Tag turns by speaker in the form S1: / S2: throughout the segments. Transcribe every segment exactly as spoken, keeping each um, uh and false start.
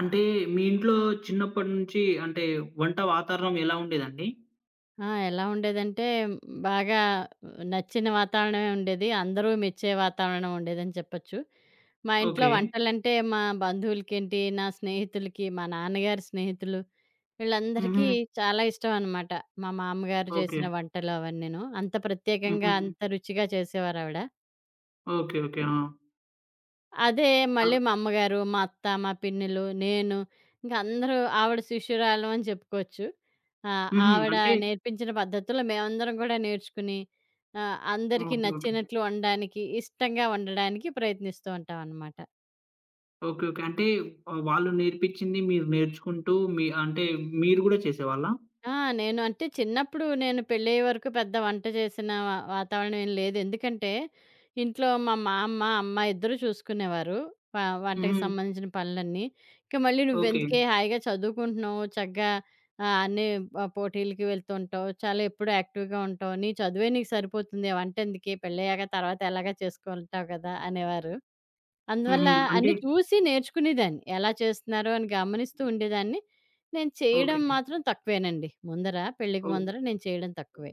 S1: అంటే మీ ఇంట్లో చిన్నప్పటి నుంచి అంటే వంట వాతావరణం ఎలా ఉండేదండి?
S2: ఆ! ఎలా ఉండేదంటే బాగా నచ్చిన వాతావరణమే ఉండేది. అందరూ మెచ్చే వాతావరణం ఉండేదని చెప్పొచ్చు. మా ఇంట్లో
S1: ఓకే.
S2: వంటలంటే మా బంధువులకేంటి, నా స్నేహితులకి, మా నాన్నగారి స్నేహితులు
S1: హుహు.
S2: వీళ్ళందరికీ చాలా ఇష్టం అనమాట. మా మామ్మగారు
S1: ఓకే.
S2: చేసిన వంటలు అవన్నీను. అంత ప్రత్యేకంగా
S1: హుహు.
S2: అంత రుచిగా చేసేవారావిడ.
S1: ఓకే. ఓకే. ఆ!
S2: అదే మళ్ళీ
S1: అవ్.
S2: మా అమ్మగారు, మా అత్త, మా పిన్నిలు, నేను ఇంక అందరూ ఆవిడ శిష్యురాలం అని చెప్పుకోవచ్చు. ఆహ్,
S1: హుహు.
S2: ఆవిడ
S1: అంటే
S2: నేర్పించిన పద్ధతుల్లో మేమందరం కూడా నేర్చుకుని ఆహ్, అందరికీ
S1: ఓకే. ఓకే.
S2: నచ్చినట్లు వండడానికి, ఇష్టంగా వండడానికి ప్రయత్నిస్తూ ఉంటామనమాట.
S1: ఓకే. ఓకే. అంటే ఆహ్, వాళ్ళు నేర్పించింది మీరు నేర్చుకుంటూ మీ అంటే మీరు గూడా చేసేవాళ్ళా?
S2: ఆ! నేను అంటే చిన్నప్పుడు నేను పెళ్ళయ్యే వరకు పెద్ద వంట చేసిన వా వాతావరణం ఏం లేదు. ఎందుకంటే, ఇంట్లో మా మామ, అమ్మ ఇద్దరూ చూసుకునేవారు. వ వంటకి
S1: హుహు.
S2: సంబంధించిన పనులన్నీ. ఇంక మళ్ళీ
S1: ఓకే.
S2: నువ్వెందుకే హాయిగా చదువుకుంటున్నావు. చక్కగా ఆహ్, అన్నీ ఆహ్, పోటీలకి వెళ్తూ ఉంటావు. చాలా ఎప్పుడూ యాక్టివ్‌గా ఉంటావు. నీ చదువే నీకు సరిపోతుంది. ఆ వంటెందుకే పెళ్ళయ్యాక తర్వాత ఎలాగా చేసుకుంటావు కదా! అనేవారు. అందువల్ల
S1: హుహు. అంటే
S2: అన్నీ చూసి నేర్చుకునేదాన్ని. ఎలా చేస్తున్నారో అని గమనిస్తూ ఉండేదాన్ని. నేను చేయడం
S1: ఓకే.
S2: మాత్రం తక్కువేనండి. ముందర పెళ్ళికి
S1: ఓ
S2: ముందర నేను చేయడం తక్కువే.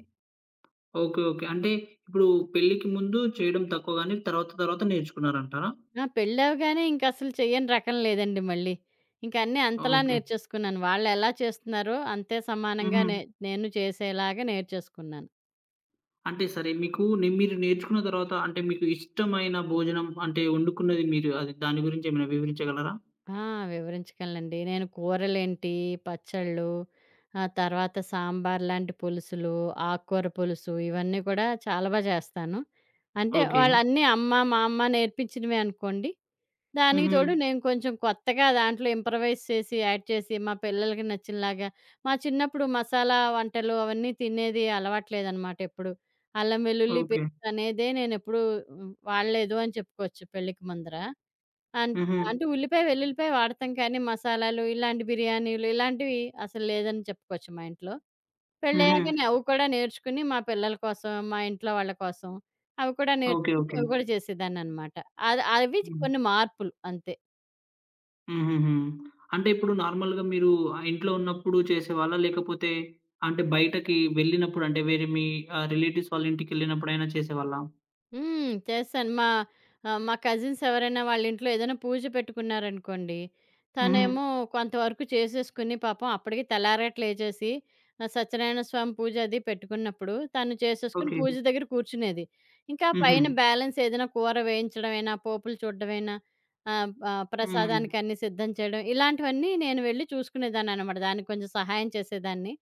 S1: ఓకే. ఓకే. అంటే ఇప్పుడు పెళ్ళికి ముందు చేయడం తక్కువ గాని తర్వాత తర్వాత నేర్చుకున్నారంటారా?
S2: ఆ! పెళ్ళవగానే ఇంకసలు చెయ్యని రకం లేదండి మళ్ళీ. ఇంక అన్నీ అంతలా
S1: ఓకే.
S2: నేర్చేసుకున్నాను. వాళ్ళెలా చేస్తున్నారో అంతే సమానంగా
S1: హుహు.
S2: నే నేను చేసేలాగా నేర్చేసుకున్నాను.
S1: అంటే సరే మీకు నే మీరు నేర్చుకున్న తర్వాత అంటే మీకు ఇష్టమైన భోజనం అంటే వండుకున్నది మీరు అది దాని గురించి ఏమైనా వివరించగలరా?
S2: ఆ! వివరించగలనండి. నేను కూరలేంటి, పచ్చళ్ళు, ఆ తర్వాత సాంబార్ లాంటి పులుసులు, ఆకుకూర పులుసు ఇవన్నీ కూడా చాలా బా చేస్తాను. అంటే
S1: ఓకే.
S2: వాళ్ళన్నీ అమ్మ, మా అమ్మ నేర్పించినవే అనుకోండి. దానికి
S1: హుహు.
S2: తోడు నేను కొంచెం కొత్తగా దాంట్లో ఇంప్రవైజ్ చేసి, యాడ్ చేసి మా పిల్లలకి నచ్చినలాగా మా చిన్నప్పుడు మసాలా వంటలు అవన్నీ తినేది అలవాట్లేదనమాట ఎప్పుడు. అల్లం వెల్లుల్లి
S1: ఓకే.
S2: పేస్ట్ అనేదే నేనెప్పుడూ హ్మ్, వాడలేదు అని చెప్పుకోవచ్చు పెళ్ళికి ముందర. అన్
S1: హుహు.
S2: అంటే ఉల్లిపాయ, వెల్లుల్లిపాయ వాడతాం కానీ మసాలాలు, ఇలాంటి బిర్యానీలు ఇలాంటివి అసలు లేదని చెప్పుకోవచ్చు మా ఇంట్లో.
S1: హుహు.
S2: పెళ్ళయ్యాకనే అవి కూడా నేర్చుకుని మా పిల్లల కోసం, మా ఇంట్లో వాళ్ళ కోసం అవి కూడా
S1: ఓకే.
S2: నేర్చుకుని
S1: ఓకే.
S2: అవి కూడా చేసేదాన్ననమాట. అది అవి
S1: హ్మ్.
S2: కొన్ని మార్పులు అంతే.
S1: హుహుహు. అంటే ఇప్పుడు నార్మల్‌గా మీరు ఆ ఇంట్లో ఉన్నప్పుడు చేసేవాళ్ళా? లేకపోతే అంటే బయటకి వెళ్ళినప్పుడు అంటే వేరే మీ ఆహ్, రిలేటివ్స్ వాళ్ళ ఇంటికెళ్ళినప్పుడైనా చేసేవాళ్ళా?
S2: హ్మ్. చేస్తాను. మా ఆహ్, మా కజిన్స్ ఎవరైనా వాళ్ళ ఇంట్లో ఏదైనా పూజ పెట్టుకున్నారనుకోండి,
S1: హుహు.
S2: తనేమో కొంతవరకు చేసేసుకుని పాపం అప్పటికి తెల్లారేట లేచేసి ఆహ్, సత్యనారాయణ స్వామి పూజ అది పెట్టుకున్నప్పుడు తను చేసేసుకుని
S1: ఓకే.
S2: పూజ దగ్గర కూర్చునేది. ఇంకా
S1: హుహు.
S2: పైన బ్యాలెన్స్ ఏదైనా కూర వేయించడమైనా, పోపులు చూడడమైనా ఆహ్, ఆహ్,
S1: హ్మ్.
S2: ప్రసాదానికి అన్నీ సిద్ధం చేయడం ఇలాంటివన్నీ నేను వెళ్ళి చూసుకునేదాన్ననమాట. దానికి కొంచెం సహాయం చేసేదాన్ని.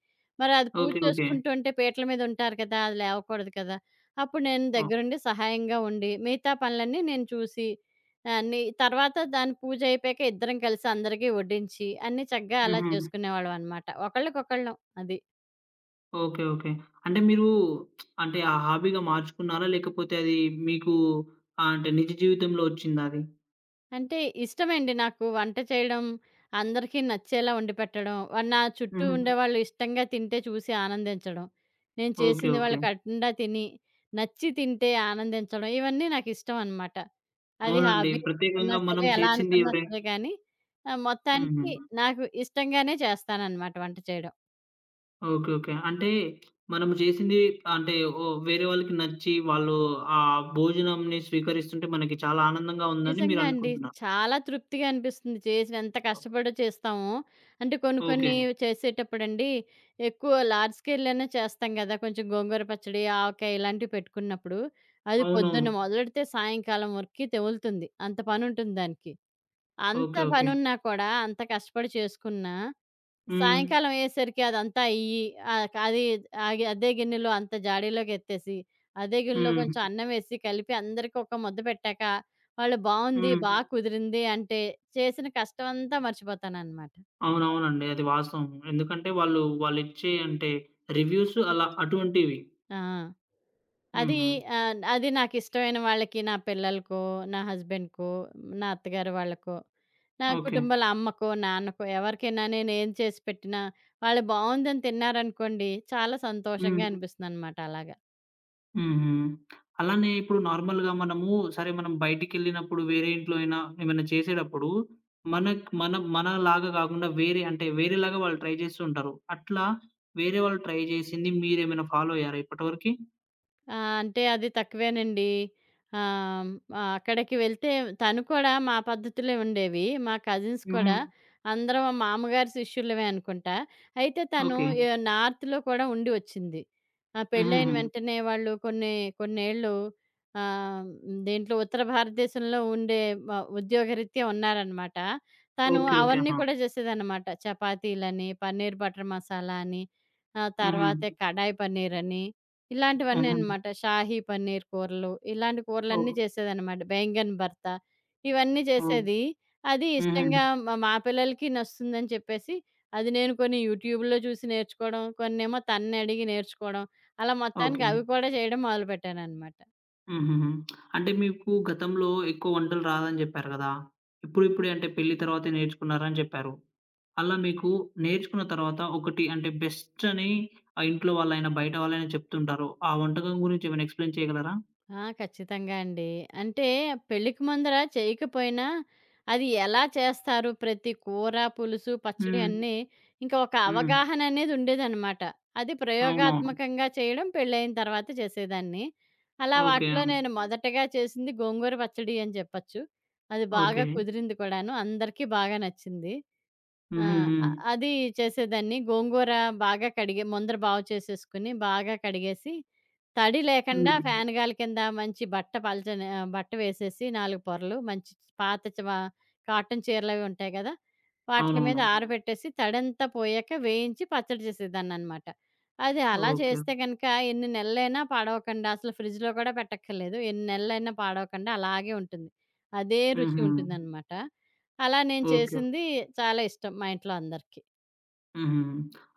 S2: మరి అది పూజ
S1: ఓకే. ఓకే.
S2: చేసుకుంటుంటే పీటల మీద ఉంటారు కదా! అది లేవకూడదు కదా! అప్పుడు నేను
S1: ఓహ్!
S2: దగ్గరుండి సహాయంగా ఉండి, మిగతా పనులన్నీ నేను చూసి, అన్నీ తర్వాత దాని పూజ అయిపోయాక ఇద్దరం కలిసి అందరికీ వడ్డించి, అన్నీ చక్కగా అలా
S1: హుహు.
S2: చేసుకునేవాళ్ళమనమాట. ఒకళ్ళకొకళ్ళం అది.
S1: ఓకే. ఓకే. అంటే మీరు అంటే ఆ హాబీగా మార్చుకున్నారా? లేకపోతే అది మీకు ఆహ్, అంటే నిజ జీవితంలో ఒచ్చిందా అది?
S2: అంటే ఇష్టమండి నాకు వంట చేయడం, అందరికీ నచ్చేలా వండిపెట్టడం, వ నా చుట్టూ
S1: హుహు.
S2: ఉండేవాళ్ళు ఇష్టంగా తింటే చూసి ఆనందించడం, నేను
S1: ఓకే.
S2: చేసింది వాళ్ళు
S1: ఓకే.
S2: కడుపునిండా తిని, నచ్చి తింటే ఆనందించడం, ఇవన్నీ నాకిష్టమనమాట. అది
S1: అవునండి.
S2: హాబీ అనుకున్నా
S1: ప్రత్యేకంగా
S2: సరే,
S1: మనం
S2: ఎలా
S1: చేసింది
S2: అనుకున్నా
S1: ఎవరైనా
S2: సరే గానీ, ఆహ్,
S1: హుహు.
S2: మొత్తానికి నాకు ఇష్టంగానే చేస్తాననమాట వంట చేయడం.
S1: ఓకే. ఓకే. అంటే మనం చేసింది అంటే ఓ వేరే వాళ్ళకి నచ్చి వాళ్ళు ఆ భోజనంని స్వీకరిస్తుంటే మనకి చాలా ఆనందంగా ఉందని
S2: నిజంగా అండి.
S1: మీరనుకుంటున్నారు.
S2: చాలా తృప్తిగా అనిపిస్తుంది. చేసిన ఎంత కష్టపడో చేస్తామో. అంటే కొన్ని కొన్ని
S1: ఓకే.
S2: చేసేటప్పుడండి ఎక్కువ లార్జ్ స్కేల్‌లోనే చేస్తాం గదా! కొంచెం గోంగూర పచ్చడి, ఆవకాయ ఇలాంటివి పెట్టుకున్నప్పుడు, అది పొద్దున్న
S1: అవునవును.
S2: మొదలెడితే సాయంకాలం వరకి తెగులుతుంది. అంత పనుంటుంది దానికి. అంత
S1: ఓకే. ఓకే.
S2: పనున్నా కూడా, అంత కష్టపడి చేసుకున్నా
S1: హ్మ్.
S2: సాయంకాలం అయ్యేసరికి అదంతా అయ్యి, ఆహ్, అది ఆగి అదే గిన్నెలో అంత జాడీలోకి ఎత్తేసి, అదే గిన్నెలో
S1: హ్మ్.
S2: కొంచెం అన్నం వేసి కలిపి అందరికి ఒక ముద్ద పెట్టాక, వాళ్ళు బావుంది,
S1: హ్మ్.
S2: బా కుదిరింది అంటే చేసిన కష్టం అంతా మర్చిపోతాననమాట.
S1: అవునవునండి. అది వాస్తవం. ఎందుకంటే వాళ్ళు, వాళ్ళిచ్చే అంటే రివ్యూస్ అలా అటువంటివి.
S2: ఆ! అది
S1: హుహు.
S2: ఆహ్, అది నాకిష్టమైన వాళ్ళకి నా పిల్లలకో, నా హస్బెండ్‌కో, నా అత్తగారు వాళ్ళకో, నా
S1: ఓకే.
S2: కుటుంబాల అమ్మకో, నాన్నకో ఎవరికైనా నేను ఏం చేసి పెట్టినా వాళ్ళు బావుందని తిన్నారనుకోండి చాలా సంతోషంగా
S1: హ్మ్.
S2: అనిపిస్తుందనమాట అలాగ.
S1: హుహు. అలానే ఇప్పుడు నార్మల్‌గా మనము సరే మనం బయటికెళ్ళినప్పుడు వేరే ఇంట్లో అయినా ఏమైనా చేసేటప్పుడు మనక్ మన మనలాగా గాకుండా వేరే అంటే వేరేలాగా వాళ్ళు ట్రై చేస్తూ ఉంటారు. అట్లా వేరే వాళ్ళు ట్రై చేసింది మీరేమైనా ఫాలో అయ్యారా ఇప్పటివరకి?
S2: ఆ! అంటే అది తక్కువేనండి. ఆహ్, ఆహ్, అక్కడికి వెళ్తే తను కూడా మా పద్ధతులే ఉండేవి. మా కజిన్స్
S1: హుహు.
S2: కూడా అందరం మామగారి శిష్యులమే అనుకుంటా. అయితే తను
S1: ఓకే.
S2: ఎ నార్త్‌లో కూడా ఉండి వచ్చింది. ఆ పెళ్ళైన
S1: హుహుహు.
S2: వెంటనే వాళ్ళు కొన్ని కొన్నేళ్ళు ఆహ్, దీంట్లో ఉత్తర భారతదేశంలో ఉండే వ ఉద్యోగరీత్యా ఉన్నారనమాట. తను
S1: ఓకే. ఓకే.
S2: అవన్నీ
S1: ఆహా!
S2: కూడా చేసేదనమాట. చపాతీలని, పన్నీర్ బటర్ మసాలా అని, ఆ
S1: హుహు.
S2: తర్వాత కడాయి పన్నీర్ అని. ఇలాంటివన్నీ
S1: హుహు.
S2: అనమాట. షాహీ పన్నీర్ కూరలు, ఇలాంటి కూరలన్నీ
S1: ఓహ్!
S2: చేసేదనమాట. బెంగన్ భర్త ఇవన్నీ
S1: ఓహ్!
S2: చేసేది. అది
S1: హుహు.
S2: ఇష్టంగా మా మా పిల్లలకి నచ్చుతుందని చెప్పేసి, అది నేను కొన్ని యూట్యూబ్‌లో చూసి నేర్చుకోవడం, కొన్నేమో తనని అడిగి నేర్చుకోవడం, అలా మొత్తానికి
S1: ఓకే.
S2: అవి కూడా చేయడం మొదలుపెట్టాననమాట.
S1: హుహుహు. అంటే మీకు గతంలో ఎక్కువ వంటలు రాదని జెప్పారు గదా! ఇప్పుడు ఇప్పుడే అంటే పెళ్లి తర్వాతే నేర్చుకున్నారని జెప్పారు. అలా మీకు నేర్చుకున్న తర్వాత ఒకటి అంటే బెస్ట్ అని ఆహ్, ఇంట్లో వాళ్ళైనా, బయట వాళ్ళైనా చెప్తుంటారు. ఆ వంటకం గురించి ఏమైనా ఎక్స్‌ప్లెయిన్ చేయగలరా?
S2: ఆ! ఖచ్చితంగా అండి. అంటే పెళ్ళికి ముందర చేయకపోయినా, అది ఎలా చేస్తారు ప్రతి కూర, పులుసు, పచ్చడి
S1: హ్మ్.
S2: అన్నీ ఇంకా ఒక
S1: హ్మ్.
S2: అవగాహన అనేది ఉండేదనమాట. అది
S1: అవునవును.
S2: ప్రయోగాత్మకంగా చేయడం పెళ్ళైన తర్వాత చేసేదాన్ని. అలా
S1: ఓకే.
S2: వాటిలో
S1: అవును.
S2: నేను మొదటగా చేసింది గోంగూర పచ్చడి అని చెప్పచ్చు. అది బాగా
S1: ఓకే.
S2: కుదిరింది కూడాను. అందరికీ బాగా నచ్చింది. ఆ!
S1: హుహు.
S2: అ
S1: హ్మ్.
S2: అది చేసేదాన్ని. గోంగూర బాగా కడిగే ముందర బాగు చేసేసుకొని, బాగా కడిగేసి, తడి లేకుండా
S1: హ్మ్.
S2: ఫ్యాన్ గాలి కింద మంచి బట్ట పలచని ఆహ్, బట్ట వేసేసి నాలుగు పొరలు మంచి పాత చ వ కాటన్ చీరలవి ఉంటాయి గదా! వాటిల మీద
S1: అవునవును.
S2: ఆరబెట్టేసి తడంతా పోయాక వేయించి పచ్చడి చేసేదాన్ననమాట. అది అలా
S1: ఓకే.
S2: చేస్తే గనక ఎన్ని నెలలైనా పాడవకండా అసలు ఫ్రిడ్జ్‌లో కూడా పెట్టక్కర్లేదు. ఎన్ని నెలలైనా పాడవకుండా అలాగే ఉంటుంది. అదే రుచి
S1: హుహు.
S2: ఉంటుందనమాట. అలా నేను
S1: ఓకే.
S2: చేసింది చాలా ఇష్టం మా ఇంట్లో అందరికి.
S1: హుహు.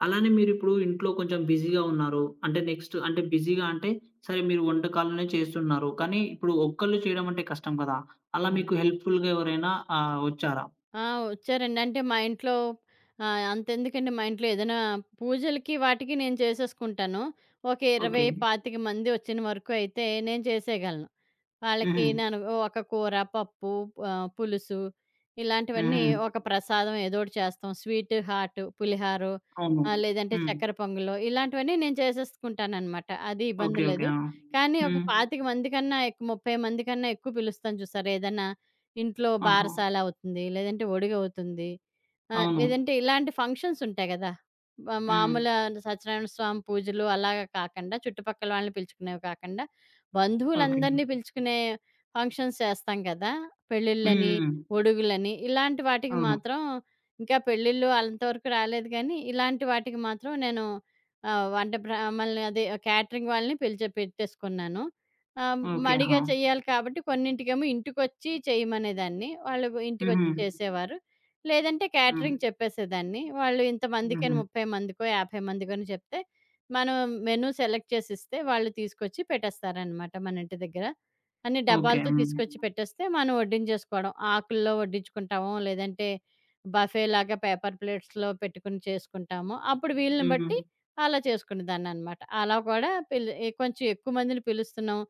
S1: అలానే మీరిప్పుడు ఇంట్లో కొంచెం బిజీగా ఉన్నారు. అంటే నెక్స్ట్ అంటే బిజీగా అంటే సరే మీరు వంటకాలనే చేస్తున్నారు. కానీ ఇప్పుడు ఒక్కళ్ళు చేయడం అంటే కష్టం కదా! అలా
S2: ఆ!
S1: మీకు హెల్ప్‌ఫుల్‌గా ఎవరైనా ఆహ్, వచ్చారా?
S2: ఆ! వచ్చారండి. అంటే మా ఇంట్లో ఆహ్, అంతెందుకండి మా ఇంట్లో ఏదైనా పూజలకి వాటికి నేను చేసేసుకుంటాను. ఒక ఇరవై,
S1: ఓకే.
S2: ఇరవై ఐదు మంది వచ్చిన వరకు అయితే నేను చేసేయగలను. వాళ్ళకి
S1: హుహు.
S2: నేను ఓ ఒక కూర, పప్పు, ఆహ్, పులుసు ఇలాంటివన్నీ
S1: హుహు.
S2: ఒక ప్రసాదం ఏదోకటి చేస్తాం. స్వీట్, హాట్, పులిహారో
S1: అవును.
S2: ఆహ్, లేదంటే
S1: హ్మ్.
S2: చక్కెర పొంగలో ఇలాంటివన్నీ నేను చేసేసుకుంటాననమాట. అది ఇబ్బంది
S1: ఓకే. ఓకే.
S2: లేదు.
S1: ఆ!
S2: కానీ ఒక
S1: హ్మ్.
S2: ఇరవై ఐదు మంది కన్నా ఎక్కువ ముప్పై మంది కన్నా ఎక్కువ పిలుస్తాను చూసారా! ఏదన్నా ఇంట్లో
S1: ఆహా!
S2: బారసాల అవుతుంది. లేదంటే ఒడిగవుతుంది. ఆహ్,
S1: అవును.
S2: లేదంటే ఇలాంటి ఫంక్షన్స్ ఉంటాయి గదా! మా
S1: హ్మ్.
S2: మామూలు సత్యనారాయణ స్వామి పూజలు అలాగా కాకుండా, చుట్టుపక్కల వాళ్ళని పిలుచుకునేవి కాకుండా,
S1: ఓకే.
S2: బంధువులందరినీ పిలుచుకునే ఫంక్షన్స్ చేస్తాం కదా! పెళ్ళిళ్ళని,
S1: హ్మ్. హ్మ్.
S2: ఒడుగులని ఇలాంటి వాటికి
S1: అవును.
S2: మాత్రం ఇంకా పెళ్ళిళ్ళు అంతవరకు రాలేదు గానీ, ఇలాంటి వాటికి మాత్రం నేను ఆహ్, వంట బ్రాహ్మల్ని అదే క్యాటరింగ్ వాళ్ళని పిలిచి పెట్టేసుకున్నాను. ఆహ్,
S1: ఓకే.
S2: మడిగా
S1: ఆ!
S2: చేయాలి కాబట్టి కొన్నింటికేమో ఇంటికొచ్చి చేయమనేదాన్ని. వాళ్ళు
S1: హుహు.
S2: ఇంటికొచ్చి చేసేవారు. లేదంటే
S1: హ్మ్.
S2: క్యాటరింగ్ చెప్పేసేదాన్ని. వాళ్ళు ఇంతమందికని
S1: హుహు.
S2: ముప్పై మందికో, యాభై మందికని చెప్తే మనం మెనూ సెలెక్ట్ చేసిస్తే వాళ్ళు తీసుకొచ్చి పెట్టేస్తారనమాట మన ఇంటి దగ్గర. అన్ని
S1: ఓకే.
S2: డబ్బాలతో
S1: హ్మ్.
S2: తీసుకొచ్చి పెట్టేస్తే మనం వడ్డించేసుకోవడం. ఆకుల్లో వడ్డించుకుంటాము. లేదంటే బఫేలాగా పేపర్ ప్లేట్స్‌లో పెట్టుకొని చేసుకుంటాము. అప్పుడు వీలుని
S1: హ్మ్.
S2: బట్టి అలా చేసుకునేదాన్ననమాట. అలా కూడా పిల్ కొంచెం ఎక్కువ మందిని పిలుస్తున్నాం.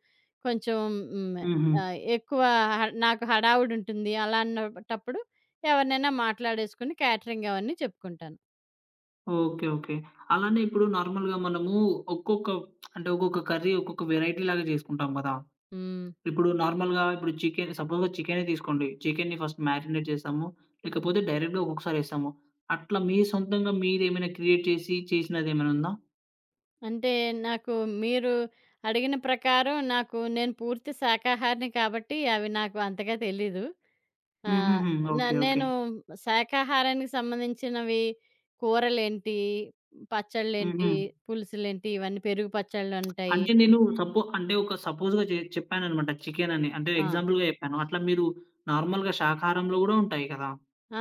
S2: కొంచెం హ్మ్.
S1: హుహు.
S2: ఆహ్, ఎక్కువ హ నాకు హడావుడుంటుంది. అలా అన్నటప్పుడు ఎవరినైనా మాట్లాడేసుకొని క్యాటరింగ్ అవన్నీ చెప్పుకుంటాను.
S1: ఓకే. ఓకే. అలానే ఇప్పుడు నార్మల్‌గా మనము ఒక్కొక్క అంటే ఒక్కొక్క కర్రీ ఒక్కొక్క వేరైటీ లాగా జేసుకుంటాం గదా!
S2: హ్మ్.
S1: ఇప్పుడు నార్మల్‌గా ఇప్పుడు చికెన్ సపోజ్‌గా చికెనే తీసుకోండి. చికెన్‌ని ఫస్ట్ మ్యారినేట్ చేస్తాము. లేకపోతే డైరెక్ట్‌గా ఒక్కొక్కసారి ఏస్తాము. అట్లా మీ సొంతంగా మీరేమైనా క్రియేట్ చేసి చేసినదేమైనా ఉందా?
S2: అంటే నాకు మీరు అడిగిన ప్రకారం నాకు నేను పూర్తి శాకాహారిని కాబట్టి అవి నాకు అంతగా తెలీదు. ఆహ్,
S1: హుహుహు.
S2: న
S1: ఓకే. ఓకే.
S2: నేను శాకాహారానికి సంబంధించినవి కూరలేంటి,
S1: హుహు.
S2: పచ్చళ్ళేంటి, పులుసులేంటి ఇవన్నీ పెరుగు పచ్చళ్ళుంటాయి.
S1: అంటే నేను సపో అంటే ఒక సపోజ్‌గా చె చెప్పాననమాట చికెనని. అంటే
S2: ఆ!
S1: ఎగ్జాంపుల్‌గా చెప్పాను. అట్లా మీరు నార్మల్‌గా శాకాహారంలో గూడా ఉంటాయి కదా!
S2: ఆ!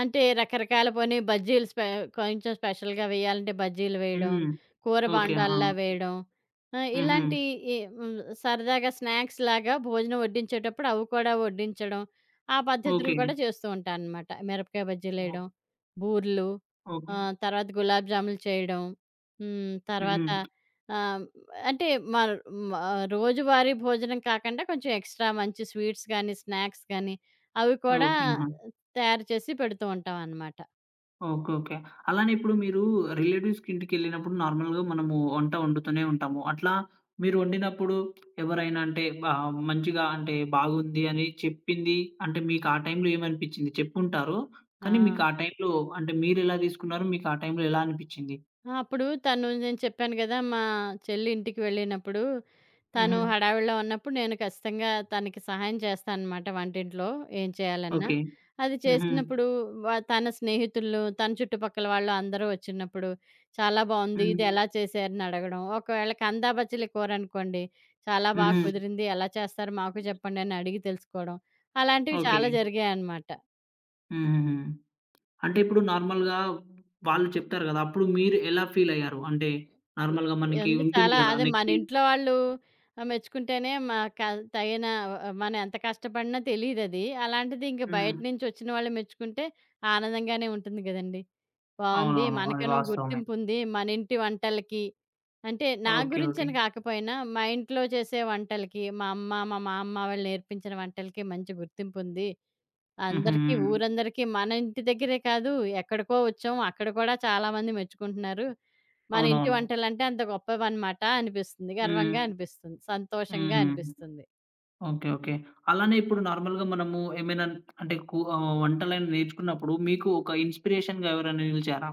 S2: అంటే రకరకాల పోనీ బజ్జీలు స్పె కొంచెం స్పెషల్‌గా వేయాలంటే బజ్జీలు వేయడం,
S1: హ్మ్.
S2: కూర
S1: ఓకే. ఆ!
S2: బాండాల్లా వేయడం. ఆహ్,
S1: హుహు.
S2: ఇలాంటి ఈ హ్మ్, సరదాగా స్నాక్స్‌లాగా భోజనం వడ్డించేటప్పుడు అవి కూడా వడ్డించడం. ఆ పద్ధతులు
S1: ఓకే.
S2: కూడా చేస్తూ ఉంటాననమాట. మిరపకాయ
S1: ఓ
S2: బజ్జీలేయడం, బూర్లు,
S1: ఓకే.
S2: ఆహ్, తర్వాత గులాబ్ జాములు చేయడం. హ్మ్,
S1: హుహు.
S2: తర్వాత ఆహ్, అంటే మర్ మ రోజువారీ భోజనం కాకుండా కొంచెం ఎక్స్‌ట్రా మంచి స్వీట్స్ గానీ, స్నాక్స్ గానీ అవి కూడా
S1: ఓకే. ఆహా!
S2: తయారు చేసి పెడుతూ ఉంటావనమాట.
S1: ఓకే. ఓకే. అలానే ఇప్పుడు మీరు రిలేటివ్స్‌కి ఇంటికెళ్ళినప్పుడు నార్మల్‌గా మనము వంట వండుతూనే ఉంటాము. అట్లా మీరు వండినప్పుడు ఎవరైనా అంటే బా మంచిగా అంటే బాగుంది అని చెప్పింది అంటే మీకు ఆ టైంలో ఏమనిపించింది? చెప్పుంటారు.
S2: ఆ!
S1: కానీ మీకు ఆ టైంలో అంటే మీరెలా తీసుకున్నారు? మీకు ఆ టైంలో ఎలా అనిపించింది?
S2: ఆ! అప్పుడు తను నేను చెప్పాను గదా! మా చెల్లి ఇంటికి వెళ్ళినప్పుడు, తను
S1: హుహు.
S2: హడావిడిలో ఉన్నప్పుడు నేను ఖచ్చితంగా తనకి సహాయం చేస్తాననమాట వంటింట్లో ఏం చేయాలన్నా.
S1: ఓకే.
S2: అది
S1: హుహు.
S2: చేసినప్పుడు వ తన స్నేహితులు, తన చుట్టుపక్కల వాళ్ళు అందరూ వచ్చినప్పుడు, "చాలా బావుంది.
S1: హ్మ్.
S2: ఇది ఎలా చేశారని" అడగడం. ఒకవేళ కందా బచ్చలి కూరనుకోండి, "చాలా బా
S1: హుహు.
S2: కుదిరింది. ఎలా చేస్తారో మాకు చెప్పండి" అని అడిగి తెలుసుకోవడం. అలాంటివి
S1: ఓకే.
S2: చాలా జరిగాయనమాట.
S1: హుహుహు. అంటే ఇప్పుడు నార్మల్‌గా వాళ్ళు చెప్తారు గదా! అప్పుడు మీరు ఎలా ఫీలయ్యారు? అంటే
S2: ఇ
S1: నార్మల్‌గా మనకి
S2: ఎందు
S1: ఉంటుంది
S2: చాలా
S1: గదా!
S2: అదే మన
S1: నెక్స్ట్
S2: ఇంట్లో వాళ్ళు ఆహ్, మెచ్చుకుంటేనే మా క తగిన ఆహ్, మనం ఎంత కష్టపడినా తెలీదది. అలాంటిది ఇంక బయట
S1: హ్మ్.
S2: నుంచొచ్చిన వాళ్ళు మెచ్చుకుంటే ఆనందంగానే ఉంటుంది గదండీ. బావుంది.
S1: అవునవును. అది
S2: మనకనో
S1: వాస్తవమే.
S2: గుర్తింపుంది. మన ఇంటి వంటలకి అంటే నా
S1: ఓకే. ఓకే.
S2: గురించని కాకపోయినా మా ఇంట్లో చేసే వంటలకి మా అమ్మ, మా మామ్మ వాళ్ళు నేర్పించిన వంటలకి మంచి గుర్తింపుంది.
S1: హుహు.
S2: అందరికీ
S1: హ్మ్.
S2: ఊరందరికీ మన ఇంటి దగ్గరే కాదు ఎక్కడికో వచ్చాం. అక్కడ కూడా చాలా మంది మెచ్చుకుంటున్నారు. మన ఇంటి
S1: అవునవును.
S2: వంటలంటే అంత గొప్పవన్నమాట అనిపిస్తుంది.
S1: హ్మ్.
S2: గర్వంగా అనిపిస్తుంది. సంతోషంగా
S1: హ్మ్.
S2: అనిపిస్తుంది.
S1: ఓకే. ఓకే. అలానే ఇప్పుడు నార్మల్‌గా మనము ఏమైనా అంటే కు ఆహ్, వంటలని నేర్చుకున్నప్పుడు మీకు ఒక ఇన్‌స్పిరేషన్‌గా ఎవరైనా నిలిచారా?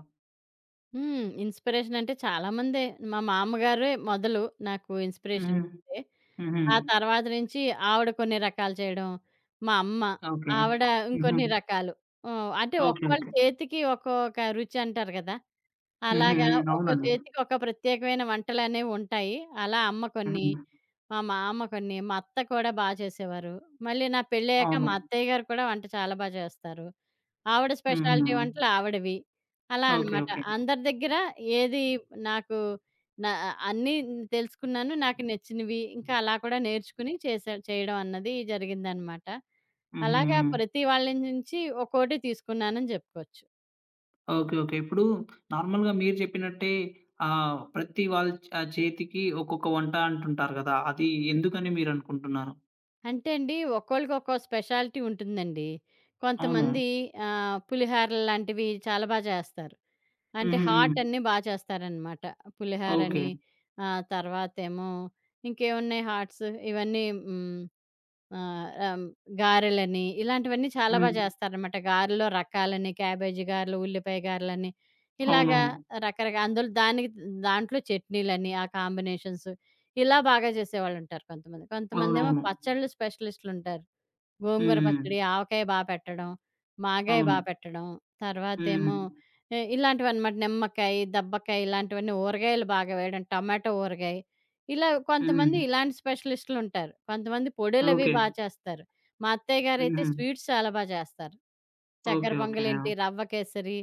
S2: హ్మ్. ఇన్‌స్పిరేషన్ అంటే చాలా మందే. మా మామగారే మొదలు నాకు ఇన్‌స్పిరేషన్
S1: హ్మ్.
S2: ఇస్తే.
S1: హుహు.
S2: ఆ తర్వాత నుంచి ఆవిడ కొన్ని రకాలు చేయడం, మా అమ్మ,
S1: ఓకే.
S2: ఆవిడ
S1: హుహు.
S2: ఇంకొన్ని రకాలు. హ్మ్. అంటే
S1: ఓకే.
S2: ఒక్కోళ్ళ
S1: ఓకే.
S2: చేతికి ఒక్కొక్క రుచి అంటారు కదా!
S1: హుహు.
S2: అలాగా
S1: హ్మ్.
S2: ఒక్కో
S1: అవునండి.
S2: చేతికి ఒక ప్రత్యేకమైన వంటలనేవుంటాయి. అలా అమ్మ కొన్ని
S1: హుహు.
S2: మా మామ కొన్ని, మా అత్త కూడా బా చేసేవారు. మళ్ళీ నా పెళ్ళయ్యాక
S1: అవును.
S2: మా అత్తయ్య గారు కూడా వంట చాలా బా చేస్తారు. ఆవిడ
S1: హుహు.
S2: స్పెషాలిటీ వంటలు ఆవిడవి. అలా
S1: ఓకే.
S2: అనమాట.
S1: ఓకే.
S2: అందరి దగ్గర ఏది నాకు నా అన్నీ తెలుసుకున్నాను. నాకు నచ్చినవి ఇంకా అలా కూడా నేర్చుకుని చేసే చేయడం అన్నది జరిగిందనమాట.
S1: హుహు.
S2: అలాగా ప్రతి వాళ్ళ నుంచి ఒక్కోటి తీసుకున్నానని చెప్పుకోవచ్చు.
S1: ఓకే. ఓకే. ఇప్పుడు నార్మల్‌గా మీరు చెప్పినట్టే ఆహ్, ప్రతి వాళ్ళ చ చేతికి ఒక్కొక్క వంట అంటుంటారు గదా! అది ఎందుకని మీరనుకుంటున్నారు?
S2: అంటే అండి ఒక్కోళ్ళకి ఒక్కో స్పెషాలిటీ ఉంటుందండి.
S1: అవును.
S2: కొంతమంది ఆహ్, పులిహారలు లాంటివి చాలా బా చేస్తారు.
S1: హ్మ్.
S2: అంటే
S1: హ్మ్. హ్మ్.
S2: హాట్ అన్నీ బా చేస్తారనమాట.
S1: ఓకే.
S2: పులిహారని, ఆహ్, తర్వాతేమో ఇంకేమున్నాయి హాట్స్ ఇవన్నీ హ్మ్. ఆహ్, ఆహ్, గారెలని ఇలాంటివన్నీ చాలా బా
S1: హ్మ్.
S2: చేస్తారనమాట. గారెలో రకాలని, క్యాబేజీ గారెలు, ఉల్లిపాయ గారెలని ఇలాగా
S1: అవునవును.
S2: రకరకా అందులో దానికి దాంట్లో చట్నీలని ఆ కాంబినేషన్స్ ఇలా బాగా చేసేవాళ్ళుంటారు కొంతమంది. కొంతమందేమో
S1: అవునవును.
S2: పచ్చళ్ళు స్పెషలిస్ట్‌లుంటారు. గోంగూర
S1: హ్మ్.
S2: పచ్చడి,
S1: హ్మ్.
S2: ఆవకాయ బా పెట్టడం, మాగాయ బా
S1: అవును.
S2: పెట్టడం,
S1: హ్మ్.
S2: తర్వాతేమో ఎ ఇలాంటివన్నమాట. నిమ్మకాయ, దబ్బకాయ ఇలాంటివన్నీ ఊరగాయలు బాగా వేయడం, టమాటో ఊరగాయ. ఇలా కొంతమంది
S1: హ్మ్.
S2: ఇలాంటి స్పెషలిస్టులుంటారు. కొంతమంది పొడులవి
S1: ఓకే.
S2: బా చేస్తారు. మా అత్తయ్య గారైతే
S1: హుహు.
S2: స్వీట్స్ చాలా బా చేస్తారు. చక్కెర
S1: ఓకే. ఓకే. ఆ!
S2: పొంగలేంటి, రవ్వ కేసరి,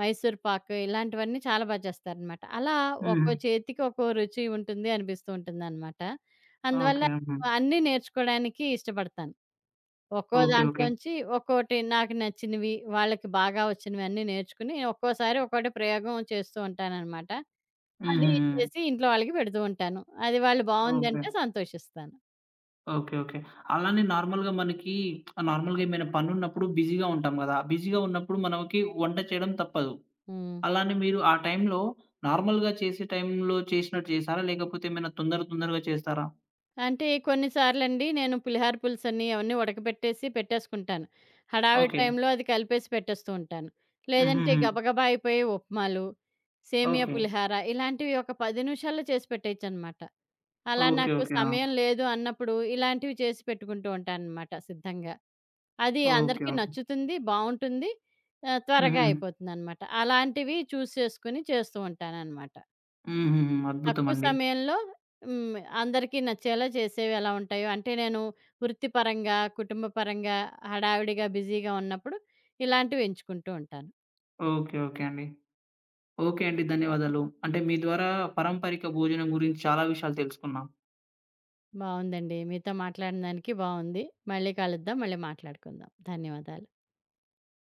S2: మైసూర్ పాకు ఇలాంటివన్నీ చాలా బా చేస్తారనమాట. అలా
S1: హ్మ్.
S2: ఒక్కో చేతికి ఒక్కో రుచి ఉంటుంది అనిపిస్తూ ఉంటుందనమాట. అందువల్ల
S1: ఓకే. హుహు.
S2: అన్నీ నేర్చుకోడానికి ఇష్టపడతాను. ఒక్కో
S1: ఓకే. ఓకే.
S2: దాంట్లోంచి ఒక్కోటి నాకు నచ్చినవి, వాళ్ళకి బాగా వచ్చినవి అన్నీ నేర్చుకుని ఒక్కోసారి ఒక్కోటి ప్రయోగం చేస్తూ ఉంటాననమాట. అది
S1: హుహు.
S2: చేసి ఇంట్లో వాళ్ళకి పెడుతూ ఉంటాను. అది వాళ్ళు
S1: ఓకే.
S2: బావుందంటే సంతోషిస్తాను.
S1: ఓకే. ఓకే. అలానే నార్మల్‌గా మనకి నార్మల్‌గా ఏమైనా పనున్నప్పుడు బిజీగా ఉంటాం గదా! బిజీగా ఉన్నప్పుడు మనకి వంట చేయడం తప్పదు.
S2: హ్మ్.
S1: అలానే మీరు ఆ టైంలో నార్మల్‌గా చేసే టైంలో చేసినట్టు చేసారా? లేకపోతే ఏమైనా తొందర తొందరగా చేస్తారా?
S2: అంటే కొన్ని సార్లండి నేను పులిహార పులుసని అవన్నీ ఉడకబెట్టేసి పెట్టేసుకుంటాను. హడావిడి
S1: ఓకే.
S2: టైంలో అది కలిపేసి పెట్టేస్తూ ఉంటాను. లేదంటే
S1: హుహుహు.
S2: గబగబా అయిపోయే ఉప్మాలు, సేమియా
S1: ఓకే.
S2: పులిహార ఇలాంటివి ఒక పది నిమిషాల్లో చేసి పెట్టేయొచ్చనమాట. అలా
S1: ఓకే.
S2: నాకు
S1: ఓకే. ఆ!
S2: సమయం లేదు అన్నప్పుడు ఇలాంటివి చేసి పెట్టుకుంటూ ఉంటానన్నమాట సిద్ధంగా. అది
S1: ఓకే.
S2: అందరికీ
S1: ఓకే.
S2: నచ్చుతుంది, బావుంటుంది. ఆహ్, త్వరగా
S1: హుహు.
S2: అయిపోతుందన్నమాట. అలాంటివి చూజ్ చేసుకొని చేస్తూ ఉంటానన్నమాట.
S1: హుహుహు.
S2: తక్కువ
S1: అద్భుతమండి.
S2: సమయంలో హ్మ్. అందరికీ నచ్చేలా చేసేవి ఎలా ఉంటాయో అంటే నేను వృత్తిపరంగా, కుటుంబ పరంగా హడావిడిగా, బిజీగా ఉన్నప్పుడు ఇలాంటివి ఎంచుకుంటూ ఉంటాను.
S1: ఓకే. ఓకే అండి. ఓకే అండి. ధన్యవాదాలు. అంటే మీ ద్వారా పారంపరిక భోజనం గురించి చాలా విషయాలు తెలుసుకున్నాం.
S2: బావుందండి. మీతో మాట్లాడిన దానికి బావుంది. మళ్ళీ కలుద్దాం. మళ్ళీ మాట్లాడుకుందాం. ధన్యవాదాలు.